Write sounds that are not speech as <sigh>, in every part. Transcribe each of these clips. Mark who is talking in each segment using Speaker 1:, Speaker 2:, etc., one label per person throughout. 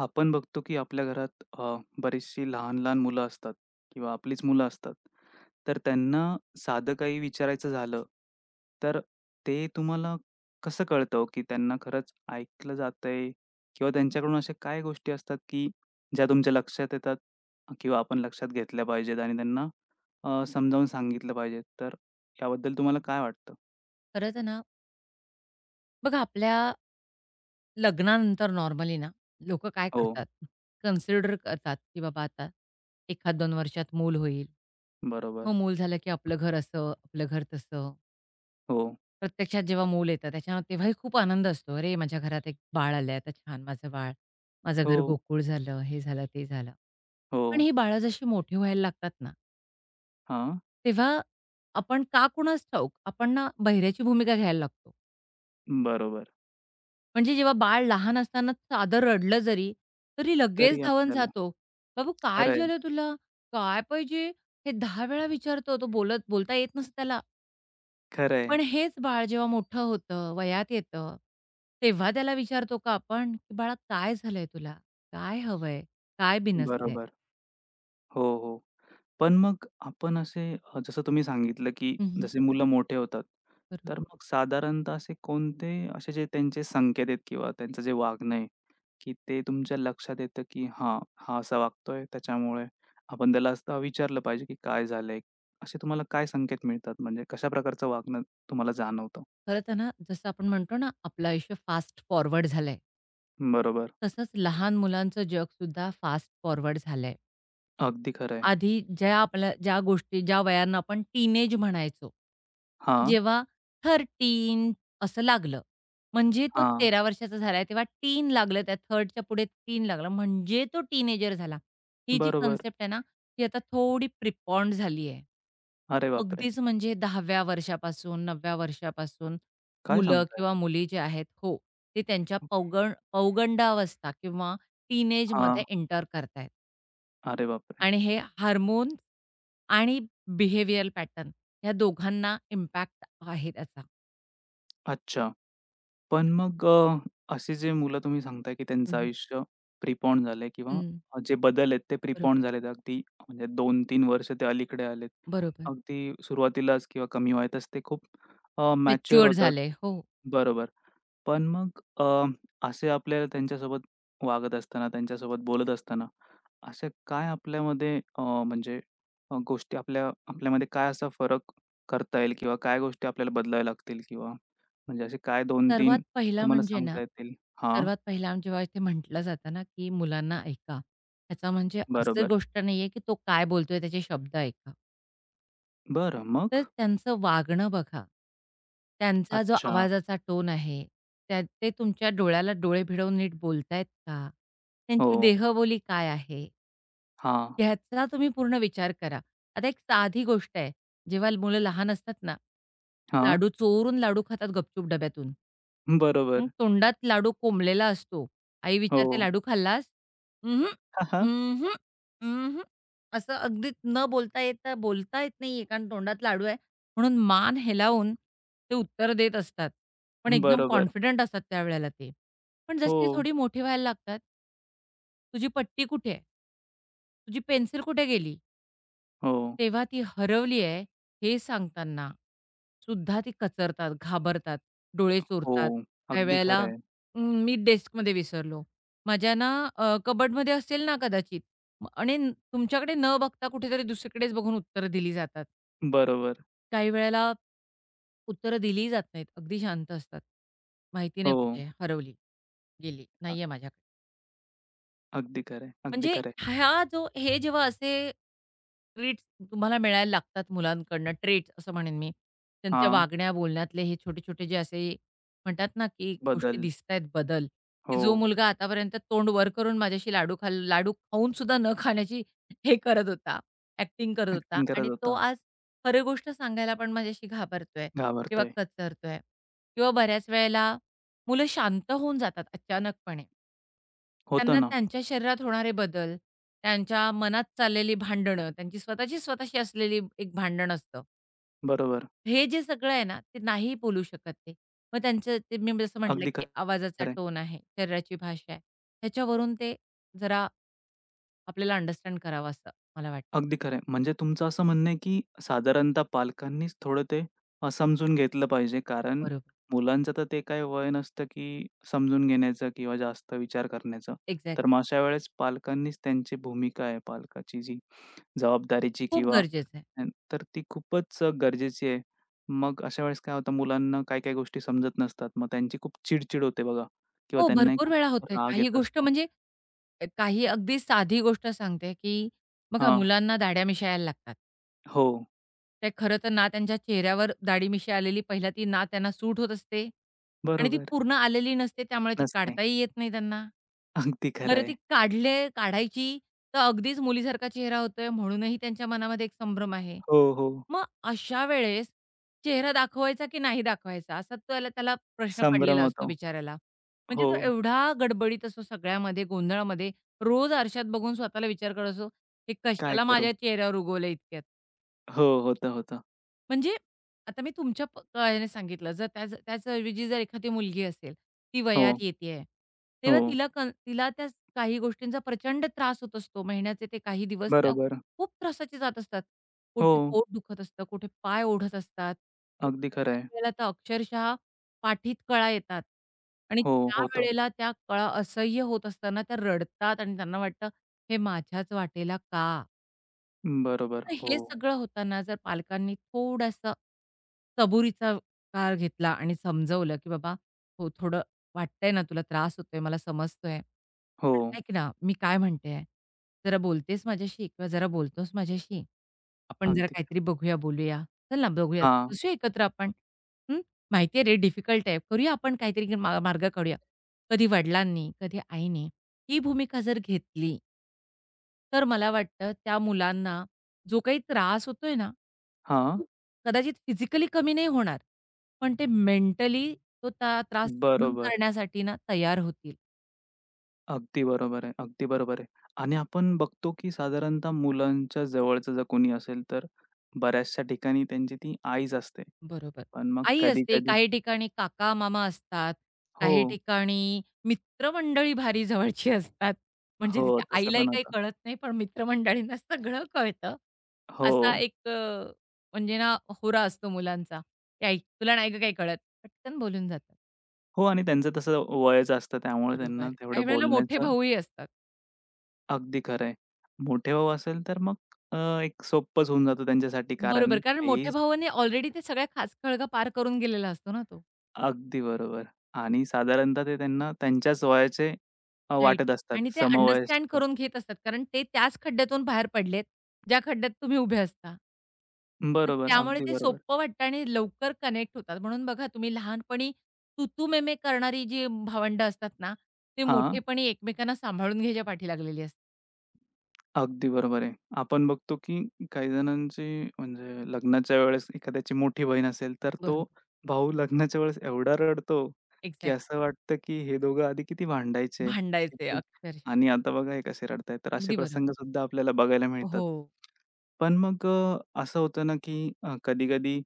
Speaker 1: आपण बघतो की आपल्या घरात बरीचशी लहान-लहान मुलं असतात किंवा आपलीच मुलं असतात. तर त्यांना साधं काही विचारायचं झालं, तर ते तुम्हाला कसं कळतं हो, की त्यांना खरंच ऐकलं जातंय किंवा त्यांच्याकडून अशा काय गोष्टी असतात, की ज्या तुमच्या लक्षात येतात किंवा आपण लक्षात घेतल्या पाहिजेत आणि त्यांना समजावून सांगितलं पाहिजे? तर याबद्दल तुम्हाला काय वाटतं?
Speaker 2: खरं तर ना, बघा आपल्या लग्नानंतर नॉर्मली ना, लोक काय
Speaker 1: हो,
Speaker 2: करतात, कन्सिडर करतात, की बाबा आता 1-2 वर्षात मूल होईल. मग
Speaker 1: बरोबर.
Speaker 2: मूल झालं की आपलं घर असं, आपलं घर तसं.
Speaker 1: हो,
Speaker 2: प्रत्यक्षात जेव्हा मूल येतं त्याच्या तेव्हाही खूप आनंद असतो. "अरे, माझ्या घरात एक बाळ आलंय, आता छान माझं बाळ. माझं घर
Speaker 1: हो,
Speaker 2: गोकुळ झालं, हे झालं, ते झालं."
Speaker 1: हो.
Speaker 2: पण ही बाळं जशी मोठी व्हायला लागतात ना,
Speaker 1: हां,
Speaker 2: तेव्हा आपण का कुणास ठाऊक, आपण ना बहिऱ्याची भूमिका घ्यायला लागतो.
Speaker 1: बरोबर.
Speaker 2: म्हणजे जेव्हा बाळ लहान असताना साधं रडलं जरी, तरी लगेच
Speaker 1: तरी
Speaker 2: धावून
Speaker 1: आपल्याला
Speaker 2: जातो. "बाबू काय
Speaker 1: खरं
Speaker 2: झालं तुला? काय पाहिजे?" हे 10 वेळा विचारतो. तो बोलता येत नसतं त्याला.
Speaker 1: खरं आहे.
Speaker 2: पण हेच बाळ जेव्हा मोठं होतं, वयात येतं, तेव्हा त्याला विचारतो का आपण, की "बाळा काय झालंय तुला? काय हवंय? काय बिनसलंय?"
Speaker 1: बरोबर. हो, हो. पण मग आपण असे जसं तुम्ही सांगितलं, की
Speaker 2: हं, हं.
Speaker 1: जसे मुलं मोठे होतात,
Speaker 2: बरोबर.
Speaker 1: तर मग साधारणतः असे कोणते असे जे त्यांचे संकेत आहेत किंवा त्यांचं जे वागणं आहे, की ते तुमच्या लक्षात येतं, की हां, हा असा वागतोय त्याच्यामुळे आपण त्याला असं विचारलं पाहिजे, की काय झालंय? असे तुम्हाला काय संकेत मिळतात? म्हणजे कशा प्रकारचं वागणं तुम्हाला जाणवतं?
Speaker 2: खरं तर ना, जसं आपण म्हणतो ना, आपलं आयुष्य फास्ट फॉरवर्ड झालंय.
Speaker 1: बरोबर.
Speaker 2: तसंच लहान मुलांचं जगसुद्धा फास्ट फॉरवर्ड झालंय.
Speaker 1: अगदी खरं.
Speaker 2: आधी आपल्या ज्या गोष्टी ज्या वयांना आपण टीनेज म्हणायचो, की
Speaker 1: हां,
Speaker 2: जेव्हा थर्टीन असं लागलं, म्हणजे तो
Speaker 1: हां.
Speaker 2: 13 वर्षाचा झाला तेव्हा टीन लागलं त्या 3rd पुढे टीन लागलं म्हणजे तो टीनेजर झाला. ही जी
Speaker 1: बरोबर.
Speaker 2: कन्सेप्ट आहे ना, ती आता थोडी प्रिपॉन्ड झाली आहे.
Speaker 1: अरे बापरे!
Speaker 2: अगदीच म्हणजे 10व्या वर्षापासून 9व्या वर्षापासून
Speaker 1: काय
Speaker 2: मुलं
Speaker 1: सांगताय?
Speaker 2: किंवा मुली जे आहेत हो, ते त्यांच्या पौगंडावस्था किंवा टीनेजमध्ये
Speaker 1: हां.
Speaker 2: एंटर करतायेत.
Speaker 1: अरे बापरे!
Speaker 2: आणि हे हार्मोन्स आणि बिहेवियरल पॅटर्न ह्या दोघांना इम्पॅक्ट आहे त्याचा.
Speaker 1: अच्छा. पण मग असे जे मुलं तुम्ही सांगताय, की
Speaker 2: हं,
Speaker 1: त्यांचं
Speaker 2: हं.
Speaker 1: आयुष्य प्रिपॉन्ड झालंय किंवा
Speaker 2: हं.
Speaker 1: जे बदल आहेत ते
Speaker 2: बरोबर,
Speaker 1: प्रिपॉन्ड झालेत अगदी म्हणजे 2-3 वर्ष ते अलीकडे आलेत.
Speaker 2: बरोबर.
Speaker 1: अगदी सुरुवातीलाच किंवा कमी वयातच ते खूप मॅच्युअर
Speaker 2: मॅच्युअर्ड
Speaker 1: होतात.
Speaker 2: झाले. हो.
Speaker 1: बरोबर. पण मग असे आपल्याला त्यांच्यासोबत वागत असताना, त्यांच्यासोबत बोलत असताना, अशा काय आपल्यामध्ये म्हणजे गोष्टी आपल्या आपल्यामध्ये काय असा फरक करता येईल किंवा काय गोष्टी आपल्याला बदलाव्या लागतील किंवा म्हणजे असे काय
Speaker 2: सर्वात
Speaker 1: 2-3
Speaker 2: पहिला
Speaker 1: तुम्हाला
Speaker 2: म्हणजे ना,
Speaker 1: सांगता येतील? हां,
Speaker 2: सर्वात पहिला जेव्हा इथे म्हटलं जातं ना, की मुलांना ऐका. ह्याचा म्हणजे असं
Speaker 1: बरोबर.
Speaker 2: गोष्ट नाहीये, की तो काय बोलतोय त्याचे शब्द ऐका.
Speaker 1: बरं,
Speaker 2: तर
Speaker 1: मग?
Speaker 2: त्यांचं वागणं बघा. त्यांचा जो
Speaker 1: अच्छा.
Speaker 2: आवाजाचा टोन आहे, ते तुमच्या डोळ्याला डोळे भिडवून नीट बोलतायत का?
Speaker 1: हो.
Speaker 2: त्यांची देहबोली काय आहे?
Speaker 1: हां,
Speaker 2: ह्याचा तुम्ही पूर्ण विचार करा. आता एक साधी गोष्ट आहे. जेव्हा मुलं लहान असतात ना,
Speaker 1: हां.
Speaker 2: लाडू चोरून लाडू खातात गपचूप डब्यातून. मग
Speaker 1: बरोबर.
Speaker 2: तोंडात लाडू कोंबलेला असतो. आई
Speaker 1: हो.
Speaker 2: विचारते, "लाडू खाल्लास?" "अहं,
Speaker 1: <laughs>
Speaker 2: अहं, अहं." असं अगदी न बोलता येता बोलता येत नाहीये कारण तोंडात लाडू आहे. म्हणून मान हेलावून ते उत्तर देत असतात. पण एकदम
Speaker 1: बरोबर.
Speaker 2: कॉन्फिडंट असतात त्यावेळेला ते. पण
Speaker 1: हो,
Speaker 2: जसे ते थोडी मोठी व्हायला लागतात, "तुझी पट्टी कुठे आहे? तुझी पेन्सिल कुठे गेली?"
Speaker 1: हो,
Speaker 2: तेव्हा ती हरवली आहे हे सांगताना सुद्धा ती कचरतात, घाबरतात, डोळे
Speaker 1: हो.
Speaker 2: चोरतात. काही
Speaker 1: अगदी
Speaker 2: वेळेला
Speaker 1: खरं आहे.
Speaker 2: मी डेस्कमध्ये विसरलो. माझ्या ना कबर्डमध्ये असेल ना कदाचित. तुमच्याकडे न बघता कुठेतरी दुसरीकडेच बघून उत्तरं दिली जातात.
Speaker 1: बरोबर.
Speaker 2: काही वेळेला उत्तरं दिलीही जात नाहीत. अगदी शांत असतात. माहिती नाही
Speaker 1: हो.
Speaker 2: कुठे आहे, हरवली, गेली, नाहीये माझ्याकडे.
Speaker 1: अगदी खरं आहे, अगदी
Speaker 2: म्हणजे
Speaker 1: खरं.
Speaker 2: हा जो हे जेव्हा असे ट्रीट्स तुम्हाला मिळायला लागतात मुलांकडनं, ट्रेट्स असं म्हणेन मी. त्यांच्या
Speaker 1: हां,
Speaker 2: वागण्या, बोलण्यातले हे छोटे-छोटे जे असे म्हणतात ना, की गोष्टी
Speaker 1: बदल.
Speaker 2: दिसतायत बदल, की
Speaker 1: हो,
Speaker 2: जो मुलगा आतापर्यंत तोंड वर करून माझ्याशी लाडू खाऊन सुद्धा न खाण्याची हे करत होता, ॲक्टिंग करत होता
Speaker 1: ॲक्टिंग
Speaker 2: आणि
Speaker 1: करत
Speaker 2: तो
Speaker 1: होता.
Speaker 2: आज खरी गोष्ट सांगायला पण माझ्याशी घाबरतोय किंवा
Speaker 1: घाबरतोय.
Speaker 2: कचरतोय किंवा बऱ्याच वेळेला मुलं शांत होऊन जातात अचानकपणे.
Speaker 1: होतं
Speaker 2: त्यांना
Speaker 1: ना.
Speaker 2: त्यांच्या शरीरात होणारे बदल, त्यांच्या मनात चाललेली भांडणं, त्यांची स्वतःची स्वतःशी असलेली एक भांडण असतं.
Speaker 1: बरोबर.
Speaker 2: हे जे सगळं आहे ना, ते नाही बोलू शकत ते. मग त्यांचं ते मी जसं म्हटलं,
Speaker 1: अगदी
Speaker 2: की आवाजाचा
Speaker 1: खरं आहे.
Speaker 2: टोन आहे, शरीराची भाषा आहे. त्याच्यावरून ते जरा आपल्याला अंडरस्टँड करावं असं मला वाटतं.
Speaker 1: अगदी खरं आहे. म्हणजे तुमचं असं म्हणणं आहे, की साधारणतः पालकांनीच थोडं ते समजून घेतलं पाहिजे. कारण
Speaker 2: बरोबर.
Speaker 1: मुलांचं तर ते काही वय नसतं, की समजून घेण्याचं किंवा जास्त विचार करण्याचं.
Speaker 2: एक्झॅक्ट.
Speaker 1: तर मग अशा वेळेस पालकांनीच त्यांची भूमिका आहे, पालकाची जी जबाबदारीची
Speaker 2: खूप
Speaker 1: किंवा
Speaker 2: गरजेचं आहे.
Speaker 1: तर ती खूपच गरजेची आहे. मग अशा वेळेस काय होतं, मुलांना काही-काही गोष्टी समजत नसतात. मग त्यांची खूप चिड होते बघा किंवा
Speaker 2: हो,
Speaker 1: त्यांनाही
Speaker 2: भरपूर वेळा
Speaker 1: खूप
Speaker 2: होतंय.
Speaker 1: राग
Speaker 2: काही
Speaker 1: येत
Speaker 2: गोष्ट
Speaker 1: असतो.
Speaker 2: म्हणजे काही अगदी साधी गोष्ट सांगते, की बघा
Speaker 1: हां.
Speaker 2: मुलांना दाढ्या मिशायला लागतात.
Speaker 1: हो.
Speaker 2: ते खरं तर ना त्यांच्या चेहऱ्यावर दाढी-मिशी आलेली पहिला ती ना त्यांना सूट होत असते आणि ती
Speaker 1: बरोबर.
Speaker 2: पूर्ण आलेली नसते त्यामुळे ती
Speaker 1: नसते.
Speaker 2: काढताही येत नाही त्यांना.
Speaker 1: अगदी खरं
Speaker 2: बरं ती
Speaker 1: आहे.
Speaker 2: काढायची तर अगदीच मुलीसारखा चेहरा होतोय म्हणूनही त्यांच्या मनामध्ये एक संभ्रम आहे.
Speaker 1: हो, हो.
Speaker 2: मग अशा वेळेस चेहरा दाखवायचा की नाही दाखवायचा असा त्याला त्याला प्रश्न
Speaker 1: संभ्रम
Speaker 2: पडलेला असतो
Speaker 1: होतो.
Speaker 2: बिचाऱ्याला. म्हणजे
Speaker 1: हो,
Speaker 2: तो एवढा गडबडीत असतो सगळ्यामध्ये गोंधळामध्ये रोज आरशात बघून स्वतःला विचार करत असतो, "हे
Speaker 1: काय
Speaker 2: कशाला
Speaker 1: करू?
Speaker 2: माझ्या चेहऱ्यावर उगवलं इतक्यात?"
Speaker 1: हो, होतं, होतं.
Speaker 2: म्हणजे आता मी तुमच्या प कळ्याने सांगितलं. जर त्याचऐवजी जर एखादी मुलगी असेल, ती वयात
Speaker 1: हो,
Speaker 2: येतीये,
Speaker 1: हो.
Speaker 2: तेव्हा तिला त्या काही गोष्टींचा प्रचंड त्रास होत असतो. महिन्याचे ते काही दिवस त्या
Speaker 1: बरोबर.
Speaker 2: खूप त्रासाचे जात असतात.
Speaker 1: हो,
Speaker 2: कुठे पोट दुखत असतं, कुठे पाय ओढत असतात.
Speaker 1: अगदी खरं आहे.
Speaker 2: काही-काही वेळेला तर अक्षरशः पाठीत कळा येतात आणि
Speaker 1: हो, होतं.
Speaker 2: त्यावेळेला त्या कळा असह्य होत असताना त्या रडतात आणि त्यांना वाटतं, "हे माझ्याच वाटेला का?"
Speaker 1: बरोबर.
Speaker 2: तर
Speaker 1: हो,
Speaker 2: हे सगळं होताना जर पालकांनी थोडासा सबुरीचा काळ घेतला आणि समजवलं, की "बाबा, हो, थोडं वाटतंय ना, तुला त्रास होतोय, मला समजतोय.
Speaker 1: हो.
Speaker 2: पण ऐक ना, मी काय म्हणते आहे, जरा बोलतेस माझ्याशी किंवा जरा बोलतोस माझ्याशी? आपण जरा
Speaker 1: अगदी.
Speaker 2: काहीतरी बघूया, बोलूया. चल ना, बघूया,
Speaker 1: हां,
Speaker 2: बसूया एकत्र आपण. हं, माहिती आहे रे, डिफिकल्ट आहे. करूया आपण काहीतरी मार्ग काढूया." कधी वडिलांनी, कधी आईने ही भूमिका जर घेतली तर मला वाटतं त्या मुलांना जो काही त्रास होतोय ना,
Speaker 1: हां.
Speaker 2: तो कदाचित फिजिकली कमी नाही होणार, पण ते मेंटली तो त्या त्रास सहन
Speaker 1: बरोबर.
Speaker 2: करण्यासाठी ना तयार होतील.
Speaker 1: अगदी बरोबर आहे, अगदी बरोबर आहे. आणि आपण बघतो, की साधारणतः मुलांच्या जवळचं जर कोणी असेल, तर बऱ्याचशा ठिकाणी त्यांची ती आईच असते.
Speaker 2: बरोबर.
Speaker 1: पण मग
Speaker 2: आई असते,
Speaker 1: कधी-कधी
Speaker 2: काही ठिकाणी काका-मामा असतात,
Speaker 1: हो,
Speaker 2: काही ठिकाणी मित्रमंडळी भारी जवळची असतात. म्हणजे
Speaker 1: हो,
Speaker 2: तिथे
Speaker 1: तसं
Speaker 2: आईलाही
Speaker 1: पण
Speaker 2: काही
Speaker 1: होतं.
Speaker 2: कळत नाही, पण मित्रमंडळींना सगळं कळतं.
Speaker 1: हो.
Speaker 2: असा एक अ, म्हणजे ना होरा असतो मुलांचा, "ए आई, तुला नाही गं काही कळत." पटकन बोलून जातात.
Speaker 1: हो आणि त्यांचं तसं वयच असतं त्यामुळे
Speaker 2: बरोबर.
Speaker 1: त्यांना
Speaker 2: काही
Speaker 1: तेवढं
Speaker 2: वेळेला मोठे
Speaker 1: बोलण्याचं
Speaker 2: भाऊही असतात.
Speaker 1: अगदी खरं आहे. मोठे भाऊ असेल तर मग अ, एक सोपंच होऊन जातं त्यांच्यासाठी
Speaker 2: बरोबर.
Speaker 1: कारण
Speaker 2: कारण
Speaker 1: तेही
Speaker 2: मोठ्या भावाने ऑलरेडी ते सगळ्या खाचखळगा पार करून गेलेला असतो ना तो.
Speaker 1: अगदी बरोबर आणि साधारणतः ते त्यांना त्यांच्याच वयाचे
Speaker 2: राइट.
Speaker 1: वाटत असतात.
Speaker 2: आणि ते अंडरस्टँड
Speaker 1: समवयस्क.
Speaker 2: करून घेत असतात. कारण ते त्याच खड्ड्यातून बाहेर पडलेत, ज्या खड्ड्यात तुम्ही उभे असता. मग
Speaker 1: बरोबर,
Speaker 2: त्यामुळे
Speaker 1: अगदी
Speaker 2: ते
Speaker 1: बरोबर.
Speaker 2: सोपं वाटतं आणि लवकर कनेक्ट होतात. म्हणून बघा तुम्ही लहानपणी तू तू करणारी जी भावंडं असतात ना, ते
Speaker 1: हां.
Speaker 2: मोठेपणी एकमेकांना सांभाळून घ्यायच्या पाठी लागलेली असतात.
Speaker 1: अगदी बरोबर आहे. आपण बघतो, की काही जणांची म्हणजे लग्नाच्या वेळेस एखाद्याची मोठी बहीण असेल, तर तो
Speaker 2: बरोबर.
Speaker 1: भाऊ लग्नाच्या वेळेस एवढा रडतो, की
Speaker 2: एक्झॅक्ट.
Speaker 1: असं वाटतं, की हे दोघं आधी किती भांडायचे,
Speaker 2: भांडायचे
Speaker 1: किती
Speaker 2: अक्षरशः.
Speaker 1: आणि आता बघा हे कसे रडतायत. तर असे
Speaker 2: अगदी बरोबर.
Speaker 1: प्रसंगसुद्धा आपल्याला बघायला मिळतात.
Speaker 2: हो.
Speaker 1: पण मग असं होतं ना, की कधी-कधी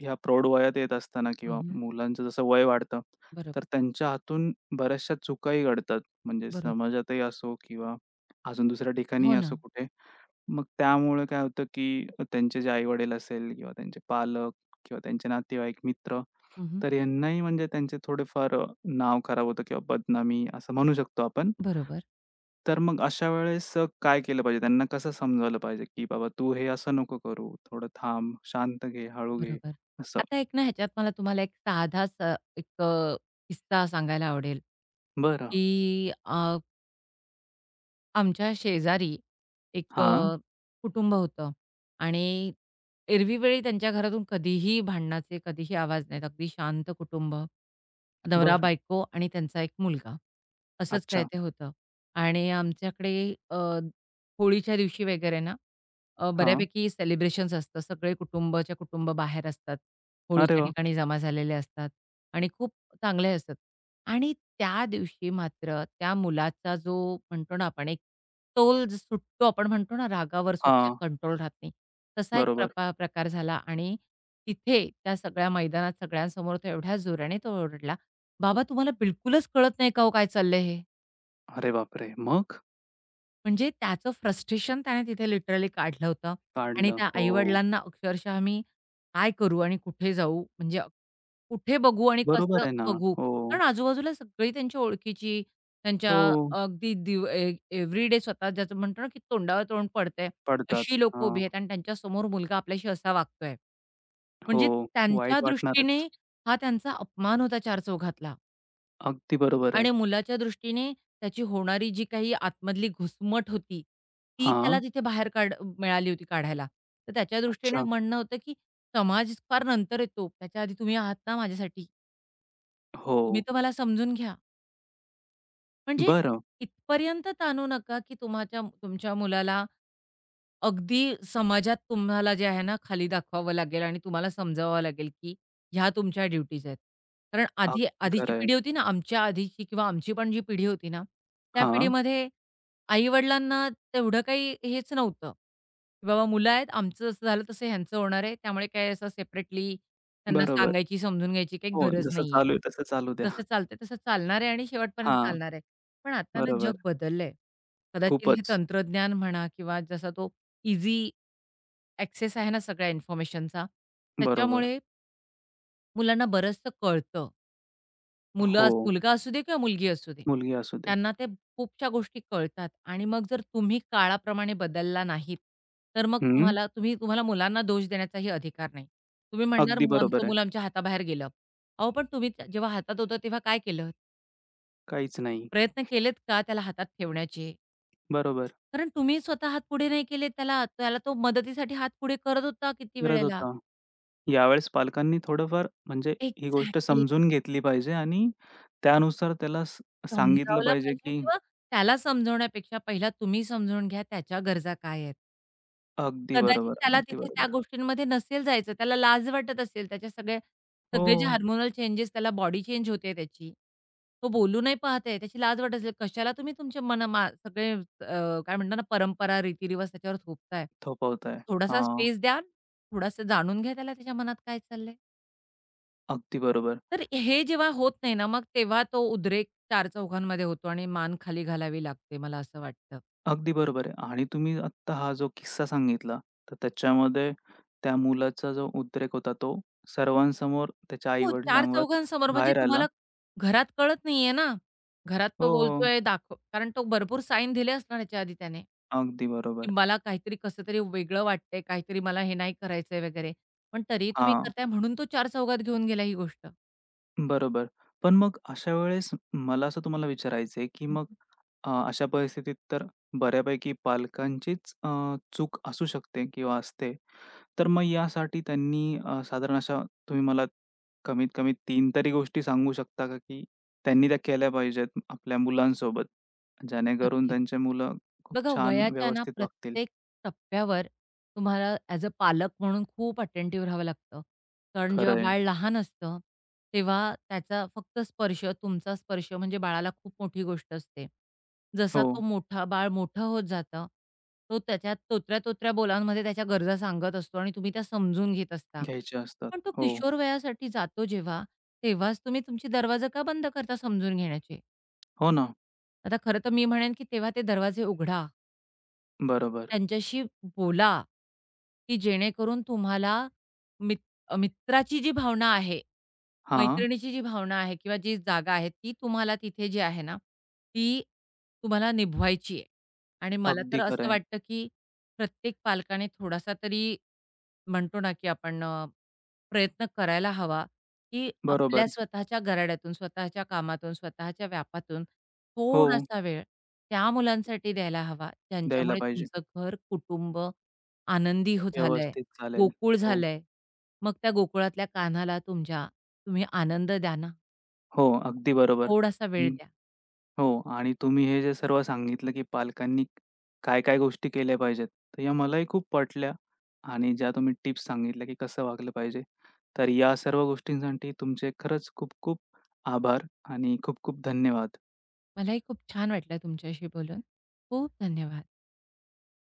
Speaker 1: ह्या प्रौढ वयात येत असताना
Speaker 2: हं,
Speaker 1: किंवा
Speaker 2: हं.
Speaker 1: मुलांचं जसं वय वाढतं,
Speaker 2: बरोबर,
Speaker 1: तर त्यांच्या हातून बऱ्याचशा चुकाही घडतात. म्हणजे
Speaker 2: बरोबर.
Speaker 1: समाजातही असो किंवा अजून दुसऱ्या ठिकाणी
Speaker 2: हो ना.
Speaker 1: असं कुठे. मग त्यामुळे काय होतं, की त्यांचे जे आई-वडील असेल किंवा त्यांचे पालक किंवा त्यांचे नातेवाईक, मित्र,
Speaker 2: हं, हं.
Speaker 1: तर यांनाही म्हणजे त्यांचे थोडेफार नाव खराब होतं किंवा बदनामी असं म्हणू शकतो आपण.
Speaker 2: बरोबर,
Speaker 1: तर मग अशा वेळेस काय केलं पाहिजे? त्यांना कसं समजावलं पाहिजे, की "बाबा तू हे असं नको करू. थोडं थांब, शांत घे, हळू घे."
Speaker 2: बरोबर.
Speaker 1: असं.
Speaker 2: आता एक ना ह्याच्यात मला तुम्हाला एक साधा स एक किस्सा सांगायला आवडेल,
Speaker 1: "बरं.
Speaker 2: की आमच्या शेजारी एक
Speaker 1: हां.
Speaker 2: कुटुंब होतं आणि एरवीवेळी त्यांच्या घरातून कधीही भांडणाचे, कधीही आवाज नाहीत. अगदी शांत कुटुंब.
Speaker 1: बरं.
Speaker 2: नवरा-बायको आणि त्यांचा एक मुलगा. असंच काय
Speaker 1: अच्छा.
Speaker 2: ते होतं. आणि आमच्याकडे अ, होळीच्या दिवशी वगैरे ना,
Speaker 1: हां.
Speaker 2: बऱ्यापैकी सेलिब्रेशन्स असतं. सगळे कुटुंबाच्या कुटुंब बाहेर असतात.
Speaker 1: अरे
Speaker 2: होळीच्या
Speaker 1: वाह!
Speaker 2: ठिकाणी जमा झालेले असतात आणि खूप चांगले असतात. आणि त्या दिवशी मात्र त्या मुलाचा जो म्हणतो ना आपण एक तोल जो सुटतो आपण म्हणतो ना रागावर स्वतःच्या
Speaker 1: हां.
Speaker 2: कंट्रोल राहत नाही. तसा एक
Speaker 1: बरोबर.
Speaker 2: प्रकार झाला आणि तिथे त्या सगळ्या मैदानात सगळ्यांसमोर तो एवढ्या जोराने तो ओरडला, "बाबा तुम्हाला बिलकुलच कळत नाही का हो काय चाललंय हे?"
Speaker 1: अरे बापरे! मग?
Speaker 2: म्हणजे त्याचं फ्रस्ट्रेशन त्याने तिथे लिटरली काढलं होतं आणि
Speaker 1: काढलं.
Speaker 2: त्या
Speaker 1: हो.
Speaker 2: आई-वडिलांना अक्षरशः मी काय करू आणि कुठे जाऊ? म्हणजे कुठे बघू आणि कसं
Speaker 1: बरोबर आहे ना.
Speaker 2: बघू?
Speaker 1: हो,
Speaker 2: कारण आजूबाजूला सगळी त्यांच्या ओळखीची, त्यांच्या
Speaker 1: हो.
Speaker 2: अगदी दिव ए एव्हरीडे स्वतः ज्याचं म्हणतो ना, की तोंडावर तोंड पडतंय,
Speaker 1: पडतात.
Speaker 2: अशी लोकं उभी
Speaker 1: हां.
Speaker 2: आहेत आणि त्यांच्यासमोर मुलगा आपल्याशी असा वागतोय.
Speaker 1: हो,
Speaker 2: म्हणजे त्यांच्या
Speaker 1: वाईट
Speaker 2: दृष्टीने
Speaker 1: वाटणारच.
Speaker 2: हा त्यांचा अपमान होता चार चौघातला.
Speaker 1: अगदी बरोबर आहे.
Speaker 2: आणि मुलाच्या दृष्टीने त्याची होणारी जी काही आतमधली घुसमट होती, ती त्याला
Speaker 1: हां.
Speaker 2: तिथे बाहेर काढ मिळाली होती काढायला. तर त्याच्या दृष्टीने
Speaker 1: अच्छा.
Speaker 2: म्हणणं होतं, की समाज फार नंतर येतो. त्याच्या आधी तुम्ही आहात ना माझ्यासाठी.
Speaker 1: हो.
Speaker 2: तुम्ही तर मला समजून घ्या. म्हणजे
Speaker 1: बरं.
Speaker 2: इथपर्यंत ताणू नका, की तुमच्या तुमच्या मुलाला अगदी समाजात तुम्हाला जे आहे ना, खाली दाखवावं लागेल आणि तुम्हाला समजावावं लागेल, की ह्या तुमच्या ड्युटीज आहेत. कारण
Speaker 1: अगदी
Speaker 2: आधीची
Speaker 1: खरं आहे.
Speaker 2: पिढी होती ना, आमच्या आधीची किंवा आमची पण जी पिढी होती ना, त्या
Speaker 1: हां,
Speaker 2: पिढीमध्ये आई-वडिलांना तेवढं काही हेच नव्हतं, की बाबा मुलं आहेत, आमचं जसं झालं तसं ह्यांचं होणार आहे. त्यामुळे काही असं सेपरेटली त्यांना
Speaker 1: बरोबर.
Speaker 2: सांगायची, समजून घ्यायची काही
Speaker 1: हो,
Speaker 2: गरज
Speaker 1: जसं
Speaker 2: नाहीये.
Speaker 1: चालू आहे तसं चालू द्या.
Speaker 2: जसं चालतंय तसं चालणार आहे आणि शेवटपर्यंत
Speaker 1: हां,
Speaker 2: चालणार आहे. पण आता ना,
Speaker 1: बरोबर.
Speaker 2: जग बदललंय. कदाचित हे
Speaker 1: खूपच.
Speaker 2: तंत्रज्ञान म्हणा किंवा जसा तो इझी ॲक्सेस आहे ना सगळ्या इन्फॉर्मेशनचा,
Speaker 1: बरोबर.
Speaker 2: त्याच्यामुळे मुलांना बरचसं कळतं.
Speaker 1: हो,
Speaker 2: मुलगा असू दे किंवा मुलगी असू दे.
Speaker 1: मुलगी असू दे.
Speaker 2: त्यांना ते खूपशा गोष्टी कळतात आणि मग जर तुम्ही काळाप्रमाणे बदलला नाहीत, तर मग
Speaker 1: हं,
Speaker 2: तुम्हाला मुलांना दोष देण्याचाही अधिकार नाही. तुम्ही म्हणणार
Speaker 1: अगदी
Speaker 2: "मग आमचं
Speaker 1: बरोबर आहे.
Speaker 2: मुलं आमच्या हाताबाहेर गेलं. अहो, पण जेव्हा हातात होतं तेव्हा काय केलं?
Speaker 1: काहीच नाही.
Speaker 2: प्रयत्न केलेत का त्याला हातात ठेवण्याचे?
Speaker 1: बरोबर.
Speaker 2: कारण तुम्ही स्वतः हात पुढे नाही केले त्याला. त्याला तो मदतीसाठी हात पुढे करत होता किती
Speaker 1: गरज
Speaker 2: वेळेला.
Speaker 1: होता. यावेळेस पालकांनी थोडंफार म्हणजे ही गोष्ट
Speaker 2: एक्झॅक्टली.
Speaker 1: समजून घेतली पाहिजे आणि त्यानुसार त्याला सांगितलं
Speaker 2: समजावलं
Speaker 1: पाहिजे
Speaker 2: पाहिजे
Speaker 1: की
Speaker 2: किंवा त्याला समजवण्यापेक्षा पहिला तुम्ही समजून घ्या त्याच्या गरजा काय आहेत.
Speaker 1: अगदी
Speaker 2: कदाचित
Speaker 1: बरोबर,
Speaker 2: त्याला
Speaker 1: अगदी
Speaker 2: तिथे त्या
Speaker 1: बरोबर.
Speaker 2: गोष्टींमध्ये नसेल जायचं. त्याला लाज वाटत असेल. त्याच्या सगळ्या
Speaker 1: हो,
Speaker 2: सगळे जे हार्मोनल चेंजेस त्याला बॉडी चेंज होते त्याची. तो बोलू नाही पाहत आहे. त्याची लाज वाटत असेल. कशाला तुम्ही तुमचे मन मा सगळे काय म्हणतात ना परंपरा, रीतिरिवाज त्याच्यावर थोपताय.
Speaker 1: थोपवताय.
Speaker 2: थोडासा
Speaker 1: हां,
Speaker 2: स्पेस द्या. थोडासा जाणून घ्या त्याला त्याच्या मनात काय चाललंय.
Speaker 1: अगदी बरोबर.
Speaker 2: तर हे जेव्हा होत नाही ना, मग तेव्हा तो उद्रेक चार चौघांमध्ये होतो आणि मान खाली घालावी लागते, मला असं वाटतं.
Speaker 1: अगदी बरोबर आहे. आणि तुम्ही आत्ता हा जो किस्सा सांगितला, तर त्याच्यामध्ये त्या मुलाचा जो उद्रेक होता, तो सर्वांसमोर त्याच्या
Speaker 2: हो. चार
Speaker 1: आई-वडिलांवर
Speaker 2: चौघांसमोर म्हणजे
Speaker 1: बाहेर आला.
Speaker 2: तुम्हाला घरात कळत नाहीये ना. घरात
Speaker 1: हो,
Speaker 2: तो
Speaker 1: हो,
Speaker 2: बोलतोय दाखव कारण तो भरपूर साईन दिले असणार याच्या आधी त्याने,
Speaker 1: अगदी
Speaker 2: की
Speaker 1: बरोबर.
Speaker 2: मला काहीतरी कसं तरी वेगळं वाटतंय, काहीतरी मला हे नाही करायचंय वगैरे. पण तरीही तुम्ही
Speaker 1: हां,
Speaker 2: करताय म्हणून तो चार चौघात घेऊन गेला ही गोष्ट.
Speaker 1: बरोबर. पण मग अशा वेळेस मला असं तुम्हाला विचारायचं आहे, की मग अशा परिस्थितीत तर बऱ्यापैकी पालकांचीच चूक असू शकते किंवा असते. तर मग यासाठी त्यांनी साधारण अशा तुम्ही मला कमीत कमी 3 तरी गोष्टी सांगू शकता का, की त्यांनी त्या केल्या पाहिजेत आपल्या मुलांसोबत, जेणेकरून
Speaker 2: नक्कीच.
Speaker 1: त्यांचे मुलं खूप
Speaker 2: बघा
Speaker 1: छान
Speaker 2: वयाच्या ना
Speaker 1: व्यवस्थित वागतील?
Speaker 2: प्रत्येक टप्प्यावर तुम्हाला ॲज अ पालक म्हणून खूप अटेंटिव्ह राहावं लागतं. कारण जेव्हा
Speaker 1: खरं आहे.
Speaker 2: बाळ लहान असतं, तेव्हा त्याचा फक्त स्पर्श, तुमचा स्पर्श म्हणजे बाळाला खूप मोठी गोष्ट असते. जसा
Speaker 1: हो,
Speaker 2: तो मोठा बाळ मोठं होत जातं, तो त्याच्या तोत्र्या-तोत्र्या बोलांमध्ये त्याच्या गरजा सांगत असतो आणि तुम्ही त्या समजून घेत असता.
Speaker 1: घ्यायचे असतात.
Speaker 2: पण तो
Speaker 1: हो.
Speaker 2: किशोर वयासाठी जातो जेव्हा, तेव्हाच तुम्ही तुमची दरवाजे का बंद करता समजून घेण्याचे?
Speaker 1: हो ना.
Speaker 2: आता खरं तर मी म्हणेन, की तेव्हा ते दरवाजे उघडा.
Speaker 1: बरोबर.
Speaker 2: त्यांच्याशी बोला, की जेणेकरून तुम्हाला मित मित्राची जी भावना आहे,
Speaker 1: हां,
Speaker 2: मैत्रिणीची जी भावना आहे किंवा जी जागा आहे, ती तुम्हाला तिथे जी आहे ना, ती तुम्हाला निभवायची आहे. आणि मला तर
Speaker 1: अगदी
Speaker 2: असं
Speaker 1: खरं.
Speaker 2: वाटतं, की प्रत्येक पालकाने थोडासा तरी म्हणतो ना, की आपण प्रयत्न करायला हवा, की आपल्या
Speaker 1: बरोबर.
Speaker 2: स्वतःच्या घराड्यातून, स्वतःच्या कामातून, स्वतःच्या व्यापातून
Speaker 1: हो,
Speaker 2: थोडासा वेळ त्या मुलांसाठी द्यायला हवा,
Speaker 1: द्यायला
Speaker 2: ज्यांच्यामुळे
Speaker 1: पाहिजे.
Speaker 2: तुमचं घर, कुटुंब आनंदी झालंय,
Speaker 1: व्यवस्थित चालेल.
Speaker 2: गोकुळ
Speaker 1: हो,
Speaker 2: झालंय. मग त्या गोकुळातल्या कान्हाला तुम्ही आनंद द्या ना,
Speaker 1: हो, अगदी बरोबर.
Speaker 2: थोडासा वेळ द्या.
Speaker 1: हो आणि तुम्ही हे जे सर्व सांगितलं, की पालकांनी काय-काय गोष्टी केल्या पाहिजेत, तर या मलाही खूप पटल्या आणि ज्या तुम्ही टिप्स सांगितल्या, की कसं वागलं पाहिजे. तर या सर्व गोष्टींसाठी तुमचे खरंच खूप खूप आभार आणि खूप खूप धन्यवाद.
Speaker 2: मलाही खूप छान वाटलं तुमच्याशी बोलून. खूप धन्यवाद.